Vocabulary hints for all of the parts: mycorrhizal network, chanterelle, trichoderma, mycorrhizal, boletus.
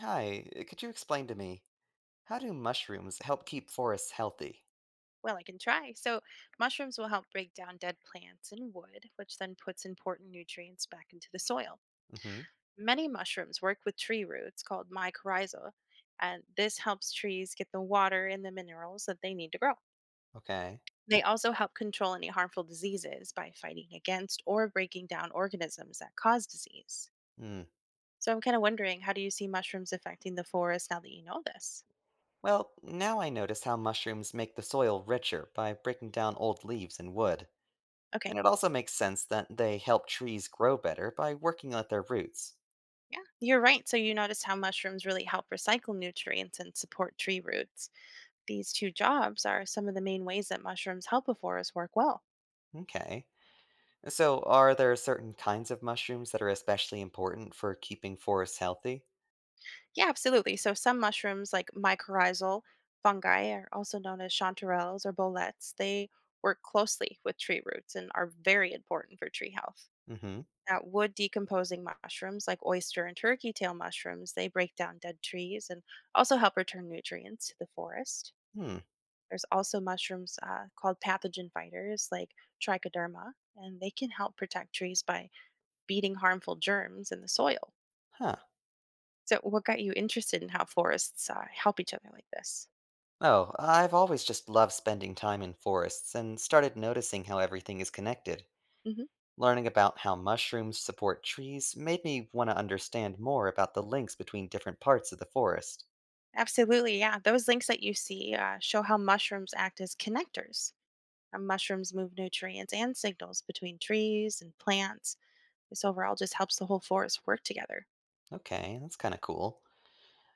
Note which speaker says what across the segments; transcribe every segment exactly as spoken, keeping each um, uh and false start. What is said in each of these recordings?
Speaker 1: Hi, uh, could you explain to me how do mushrooms help keep forests healthy?
Speaker 2: Well, I can try. So, mushrooms will help break down dead plants and wood, which then puts important nutrients back into the soil.
Speaker 1: Mm-hmm.
Speaker 2: Many mushrooms work with tree roots called mycorrhiza, and this helps trees get the water and the minerals that they need to grow.
Speaker 1: Okay.
Speaker 2: They also help control any harmful diseases by fighting against or breaking down organisms that cause disease.
Speaker 1: Hmm.
Speaker 2: So, I'm kind of wondering, how do you see mushrooms affecting the forest now that you know this?
Speaker 1: Well, now I notice how mushrooms make the soil richer by breaking down old leaves and wood. And
Speaker 2: Okay,
Speaker 1: it also makes sense that they help trees grow better by working at their roots.
Speaker 2: yeah, you're right. So, you noticed how mushrooms really help recycle nutrients and support tree roots. These two jobs are some of the main ways that mushrooms help a forest work well.
Speaker 1: Okay. uh, So, are there certain kinds of mushrooms that are especially important for keeping forests healthy?
Speaker 2: Yeah, absolutely. So some mushrooms like mycorrhizal fungi are also known as chanterelles or boletes. They work closely with tree roots and are very important for tree health.
Speaker 1: Mm-hmm.
Speaker 2: Now, wood decomposing mushrooms like oyster and turkey tail mushrooms, they break down dead trees and also help return nutrients to the forest.
Speaker 1: Hmm.
Speaker 2: There's also mushrooms uh, called pathogen fighters like trichoderma, and they can help protect trees by beating harmful germs in the soil.
Speaker 1: Huh.
Speaker 2: So, what got you interested in how forests uh, help each other like this?
Speaker 1: Oh, I've always just loved spending time in forests and started noticing how everything is connected.
Speaker 2: Hmm.
Speaker 1: Learning about how mushrooms support trees made me want to understand more about the links between different parts of the forest.
Speaker 2: Absolutely, yeah. Those links that you see uh, show how mushrooms act as connectors. Uh, mushrooms move nutrients and signals between trees and plants. This overall just helps the whole forest work together.
Speaker 1: Okay, that's kind of cool.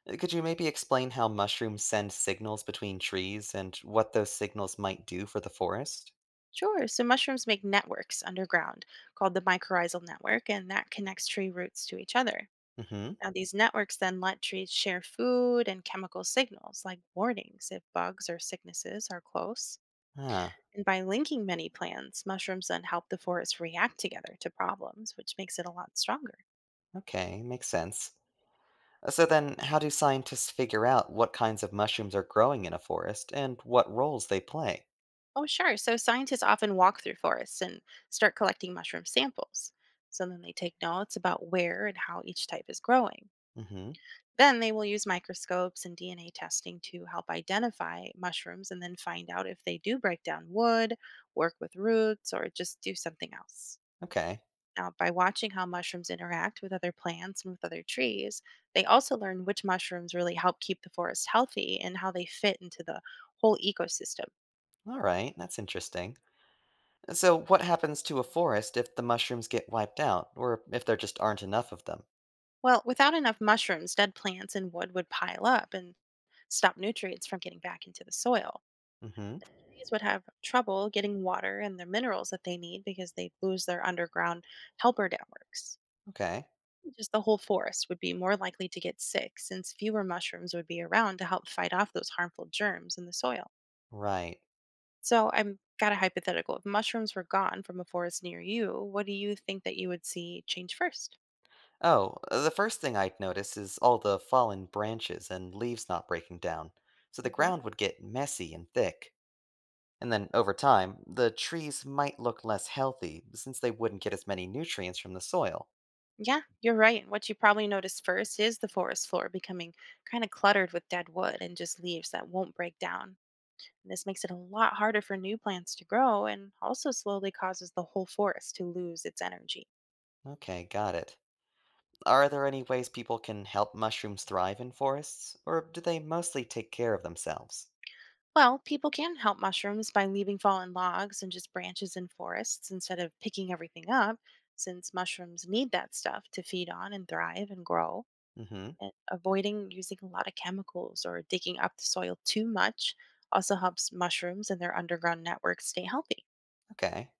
Speaker 1: Uh, Could you maybe explain how mushrooms send signals between trees and what those signals might do for the forest?
Speaker 2: Sure, so mushrooms make networks underground called the mycorrhizal network, and that connects tree roots to each other.
Speaker 1: Mm-hmm.
Speaker 2: Now, these networks then let trees share food and chemical signals like warnings if bugs or sicknesses are close.
Speaker 1: Ah,
Speaker 2: And by linking many plants, mushrooms then help the forest react together to problems, which makes it a lot stronger.
Speaker 1: okay, makes sense. Uh, So then, how do scientists figure out what kinds of mushrooms are growing in a forest and what roles they play?
Speaker 2: Oh, sure. So scientists often walk through forests and start collecting mushroom samples. So then they take notes about where and how each type is growing.
Speaker 1: Mm-hmm.
Speaker 2: Then they will use microscopes and D N A testing to help identify mushrooms and then find out if they do break down wood, work with roots, or just do something else.
Speaker 1: Okay.
Speaker 2: Now, by watching how mushrooms interact with other plants and with other trees, they also learn which mushrooms really help keep the forest healthy and how they fit into the whole ecosystem.
Speaker 1: All right, that's interesting. So, what happens to a forest if the mushrooms get wiped out, or if there just aren't enough of them?
Speaker 2: Well, without enough mushrooms, dead plants and wood would pile up and stop nutrients from getting back into the soil.
Speaker 1: Hmm.
Speaker 2: Bees would have trouble getting water and the minerals that they need because they lose their underground helper networks.
Speaker 1: Okay.
Speaker 2: Just the whole forest would be more likely to get sick, since fewer mushrooms would be around to help fight off those harmful germs in the soil.
Speaker 1: Right.
Speaker 2: So I've got a hypothetical. If mushrooms were gone from a forest near you, what do you think that you would see change first?
Speaker 1: Oh, uh, the first thing I'd notice is all the fallen branches and leaves not breaking down, so the
Speaker 2: Hmm.
Speaker 1: ground would get messy and thick. And then, over time, the trees might look less healthy since they wouldn't get as many nutrients from the soil.
Speaker 2: Yeah, you're right. What you probably notice first is the forest floor becoming kind of cluttered with dead wood and just leaves that won't break down. And this makes it a lot harder for new plants to grow and also slowly causes the whole forest to lose its energy.
Speaker 1: Okay, got it. Are there any ways people can help mushrooms thrive in forests, or do they mostly take care of themselves?
Speaker 2: Well, people can help mushrooms by leaving fallen logs and just branches in forests instead of picking everything up, since mushrooms need that stuff to feed on and thrive and grow.
Speaker 1: Hmm.
Speaker 2: And avoiding using a lot of chemicals or digging up the soil too much also helps mushrooms and their underground networks stay healthy.
Speaker 1: Okay.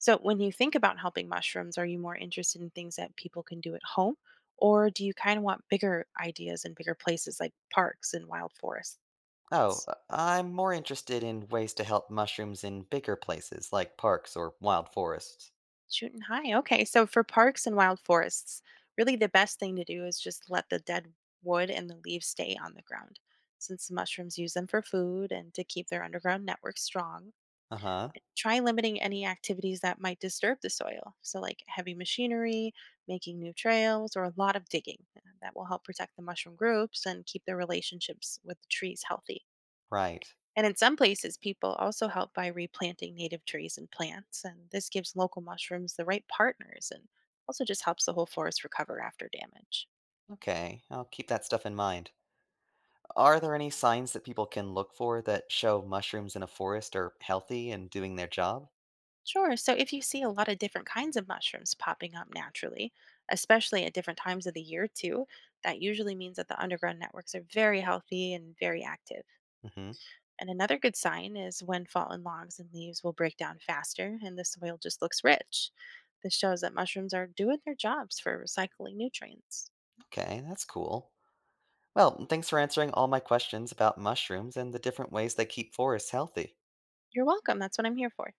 Speaker 2: So, when you think about helping mushrooms, are you more interested in things that people can do at home? Or do you kind of want bigger ideas and bigger places like parks and wild forests?
Speaker 1: Oh, uh, I'm more interested in ways to help mushrooms in bigger places like parks or wild forests.
Speaker 2: Shooting high. Okay. So, for parks and wild forests, really the best thing to do is just let the dead wood and the leaves stay on the ground, since the mushrooms use them for food and to keep their underground network strong.
Speaker 1: Uh huh,
Speaker 2: Try limiting any activities that might disturb the soil. So, like heavy machinery, making new trails, or a lot of digging. Uh, That will help protect the mushroom groups and keep their relationships with the trees healthy.
Speaker 1: right.
Speaker 2: And in some places, people also help by replanting native trees and plants. And this gives local mushrooms the right partners and also just helps the whole forest recover after damage.
Speaker 1: Okay, I'll keep that stuff in mind. Are there any signs that people can look for that show mushrooms in a forest are healthy and doing their job?
Speaker 2: Sure. So if you see a lot of different kinds of mushrooms popping up naturally, especially at different times of the year too, that usually means that the underground networks are very healthy and very active.
Speaker 1: Mm hmm.
Speaker 2: And another good sign is when fallen logs and leaves will break down faster and the soil just looks rich. This shows that mushrooms are doing their jobs for recycling nutrients.
Speaker 1: Okay, that's cool. Well, thanks for answering all my questions about mushrooms and the different ways they keep forests healthy.
Speaker 2: You're welcome. That's what I'm here for.